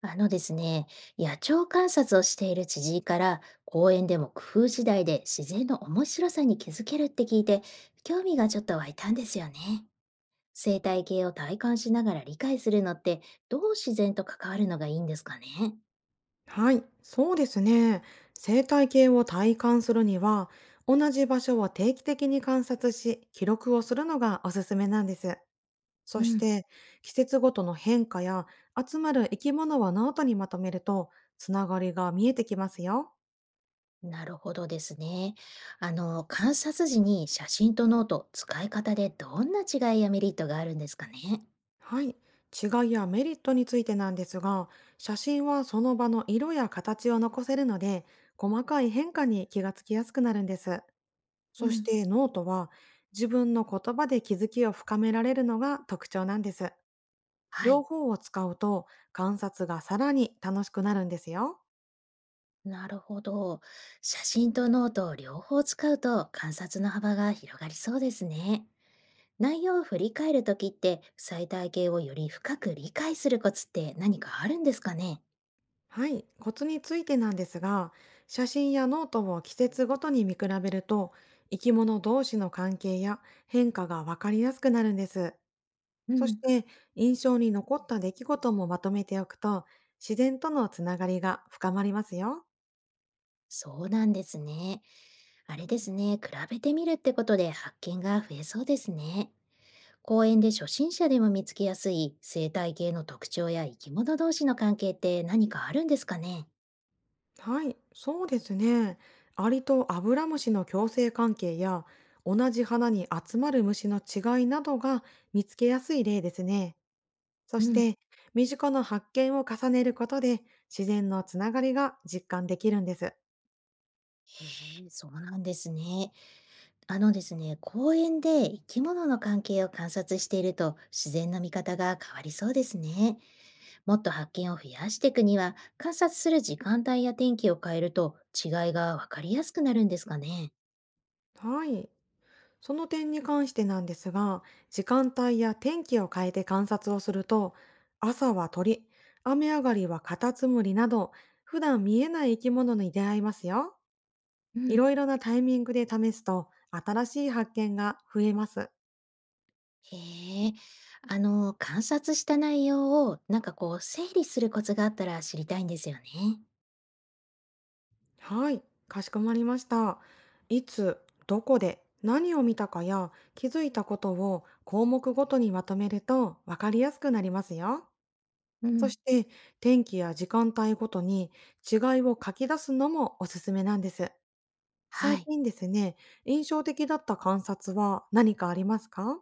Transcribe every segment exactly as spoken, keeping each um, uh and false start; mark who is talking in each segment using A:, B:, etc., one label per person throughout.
A: あのですね、野鳥観察をしている知人から、公園でも工夫次第で自然の面白さに気づけるって聞いて、興味がちょっと湧いたんですよね。生態系を体感しながら理解するのって、どう自然と関わるのがいいんですかね。
B: はい、そうですね。生態系を体感するには、同じ場所を定期的に観察し、記録をするのがおすすめなんです。そ
A: う
B: し
A: ん。
B: て、季節ごとの変化や集まる生き物はノートにまとめると、つながりが見えてきますよ。
A: なるほどですね。あの、観察時に写真とノート、使い方でどんな違いやメリットがあるんですかね。
B: はい、違いやメリットについてなんですが、写真はその場の色や形を残せるので、細かい変化に気がつきやすくなるんです。
A: う
B: そし
A: ん。
B: てノートは自分の言葉で気づきを深められるのが特徴なんです。
A: は
B: 両
A: い。
B: 方を使うと観察がさらに楽しくなるんですよ。
A: なるほど。写真とノートを両方使うと観察の幅が広がりそうですね。内容を振り返るときって最体系をより深く理解するコツって何かあるんですかね？
B: はい、コツについてなんですが、写真やノートを季節ごとに見比べると生き物同士の関係や変化がわかりやすくなるんです。
A: う
B: そし
A: ん。
B: て印象に残った出来事もまとめておくと自然とのつながりが深まりますよ。
A: そうなんですね。あれですね。比べてみるってことで発見が増えそうですね。公園で初心者でも見つけやすい生態系の特徴や生き物同士の関係って何かあるんですかね？
B: はい、そうですね。アリとアブラムシの共生関係や、同じ花に集まる虫の違いなどが見つけやすい例ですね。そ
A: う
B: し
A: ん。
B: て、身近な発見を重ねることで、自然のつながりが実感できるんです。
A: へえ、そうなんですね。あのですね、公園で生き物の関係を観察していると自然の見方が変わりそうですね。もっと発見を増やしていくには、観察する時間帯や天気を変えると違いがわかりやすくなるんですかね。
B: はい。その点に関してなんですが、時間帯や天気を変えて観察をすると、朝は鳥、雨上がりはカタツムリなど、普段見えない生き物に出会いますよ。
A: う
B: い
A: ん。
B: ろいろなタイミングで試すと、新しい発見が増えます。
A: へえ。あの、観察した内容をなんかこう整理するコツがあったら知りたいんですよね。
B: はい、かしこまりました。いつ、どこで、何を見たかや気づいたことを項目ごとにまとめると分かりやすくなりますよ。
A: う
B: そ
A: ん。
B: して、天気や時間帯ごとに違いを書き出すのもおすすめなんです。
A: は
B: 最
A: い。
B: 近ですね、印象的だった観察は何かありますか？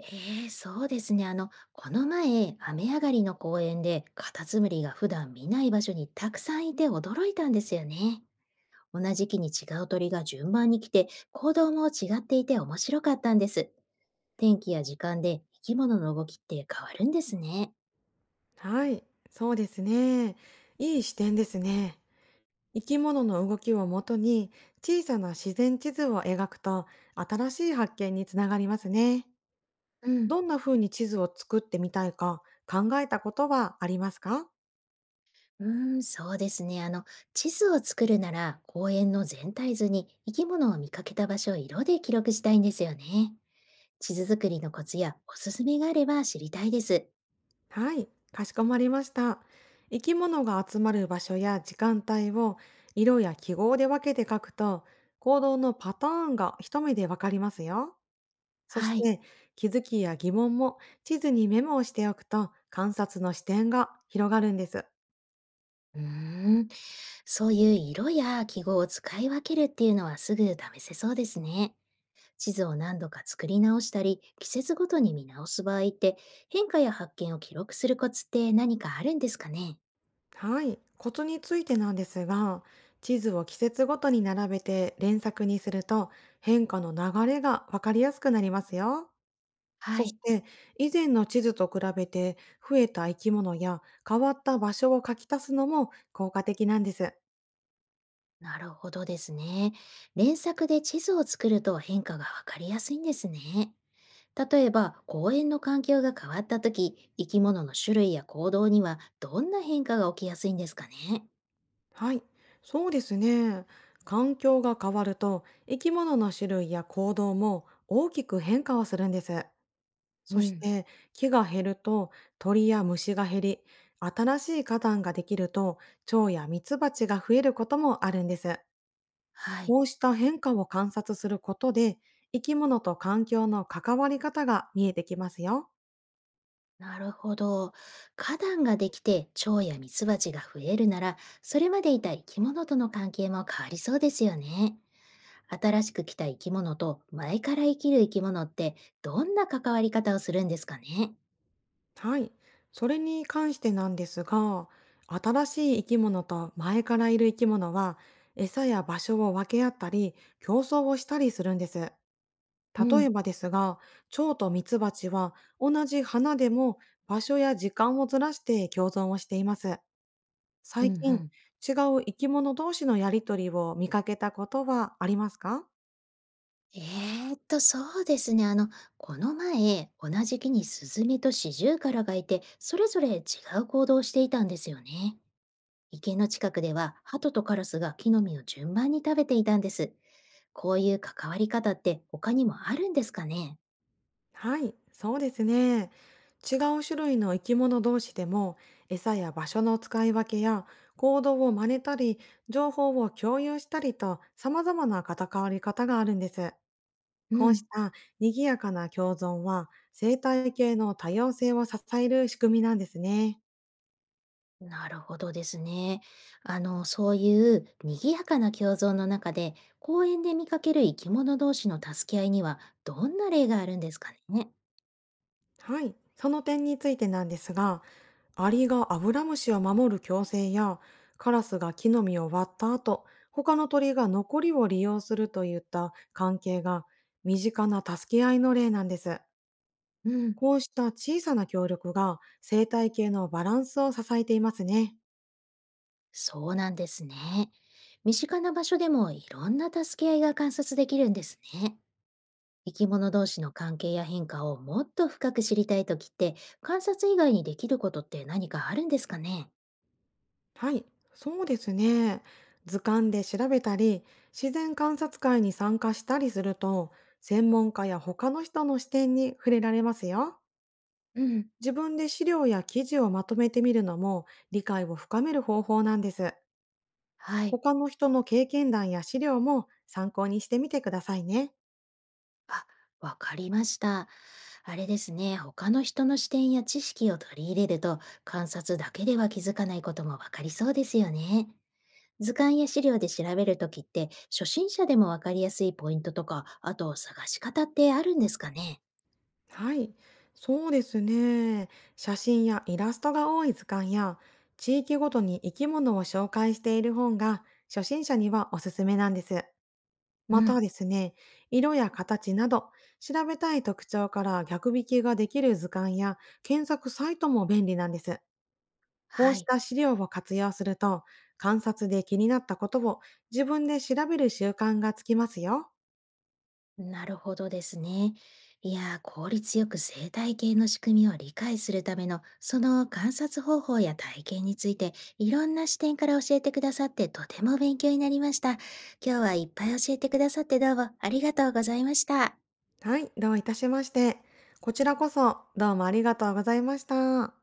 A: ええ、そうですね。あの、この前、雨上がりの公園で、カタツムリが普段見ない場所にたくさんいて驚いたんですよね。同じ木に違う鳥が順番に来て、行動も違っていて面白かったんです。天気や時間で生き物の動きって変わるんですね。
B: はい、そうですね。いい視点ですね。生き物の動きをもとに小さな自然地図を描くと新しい発見につながりますね。
A: うん。
B: どんな風に地図を作ってみたいか考えたことはありますか？
A: うーん、そうですね。あの、地図を作るなら、公園の全体図に生き物を見かけた場所を色で記録したいんですよね。地図作りのコツやおすすめがあれば知りたいです。
B: はい、かしこまりました。生き物が集まる場所や時間帯を色や記号で分けて書くと行動のパターンが一目でわかりますよ。そし
A: はい。
B: て気づきや疑問も地図にメモをしておくと観察の視点が広がるんです。
A: うーん、そういう色や記号を使い分けるっていうのはすぐ試せそうですね。地図を何度か作り直したり、季節ごとに見直す場合って、変化や発見を記録するコツって何かあるんですかね？
B: はい、コツについてなんですが、地図を季節ごとに並べて連作にすると変化の流れがわかりやすくなりますよ。
A: は
B: そし
A: い。
B: て以前の地図と比べて増えた生き物や変わった場所を書き足すのも効果的なんです。
A: なるほどですね。連作で地図を作ると変化がわかりやすいんですね。例えば、公園の環境が変わった時、生き物の種類や行動にはどんな変化が起きやすいんですかね？
B: はい、そうですね。環境が変わると生き物の種類や行動も大きく変化をするんです。
A: う
B: そし
A: ん。
B: て木が減ると鳥や虫が減り、新しい花壇ができると蝶やミツバチが増えることもあるんです。
A: はい。
B: こうした変化を観察することで、生き物と環境の関わり方が見えてきますよ。
A: なるほど。花壇ができて蝶やミツバチが増えるなら、それまでいた生き物との関係も変わりそうですよね。新しく来た生き物と前から生きる生き物ってどんな関わり方をするんですかね？
B: はい。それに関してなんですが、新しい生き物と前からいる生き物は、餌や場所を分け合ったり、競争をしたりするんです。
A: う
B: 例え
A: ん、
B: ばですが、蝶とミツバチは同じ花でも場所や時間をずらして共存をしています。
A: うん、
B: 最
A: う
B: 近、
A: ん。
B: 違う生き物同士のやりとりを見かけたことはありますか？
A: えーっと、そうですね。あの、この前、同じ木にスズメとシジュウカラがいて、それぞれ違う行動をしていたんですよね。池の近くでは、ハトとカラスが木の実を順番に食べていたんです。こういう関わり方って他にもあるんですかね？
B: はい、そうですね。違う種類の生き物同士でも餌や場所の使い分けや行動を真似たり情報を共有したりと様々な戦わり方があるんです。
A: う
B: こうし
A: ん。
B: た賑やかな共存は、生態系の多様性を支える仕組みなんですね。
A: なるほどですね。あの、そういう賑やかな共存の中で、公園で見かける生き物同士の助け合いには、どんな例があるんですかね？
B: はい。その点についてなんですが、アリがアブラムシを守る共生や、カラスが木の実を割った後、他の鳥が残りを利用するといった関係が、身近な助け合いの例なんです。
A: うん。
B: こうした小さな協力が生態系のバランスを支えていますね。
A: そうなんですね。身近な場所でもいろんな助け合いが観察できるんですね。生き物同士の関係や変化をもっと深く知りたいときって、観察以外にできることって何かあるんですかね？
B: はい、そうですね。図鑑で調べたり、自然観察会に参加したりすると、専門家や他の人の視点に触れられますよ。
A: うん。
B: 自分で資料や記事をまとめてみるのも理解を深める方法なんです。
A: はい。
B: 他の人の経験談や資料も参考にしてみてくださいね。
A: あ、わかりました。あれですね、他の人の視点や知識を取り入れると、観察だけでは気づかないこともわかりそうですよね。図鑑や資料で調べるときって、初心者でもわかりやすいポイントとか、あと探し方ってあるんですかね？
B: はい、そうですね。写真やイラストが多い図鑑や、地域ごとに生き物を紹介している本が初心者にはおすすめなんです。
A: う
B: また
A: ん。
B: ですね、色や形など、調べたい特徴から逆引きができる図鑑や検索サイトも便利なんです。こう
A: は
B: し
A: い。
B: た資料を活用すると、観察で気になったことを自分で調べる習慣がつきますよ。
A: なるほどですね。いやー、効率よく生態系の仕組みを理解するための、その観察方法や体験について、いろんな視点から教えてくださって、とても勉強になりました。今日はいっぱい教えてくださってどうもありがとうございました。
B: はい、どういたしまして。こちらこそ、どうもありがとうございました。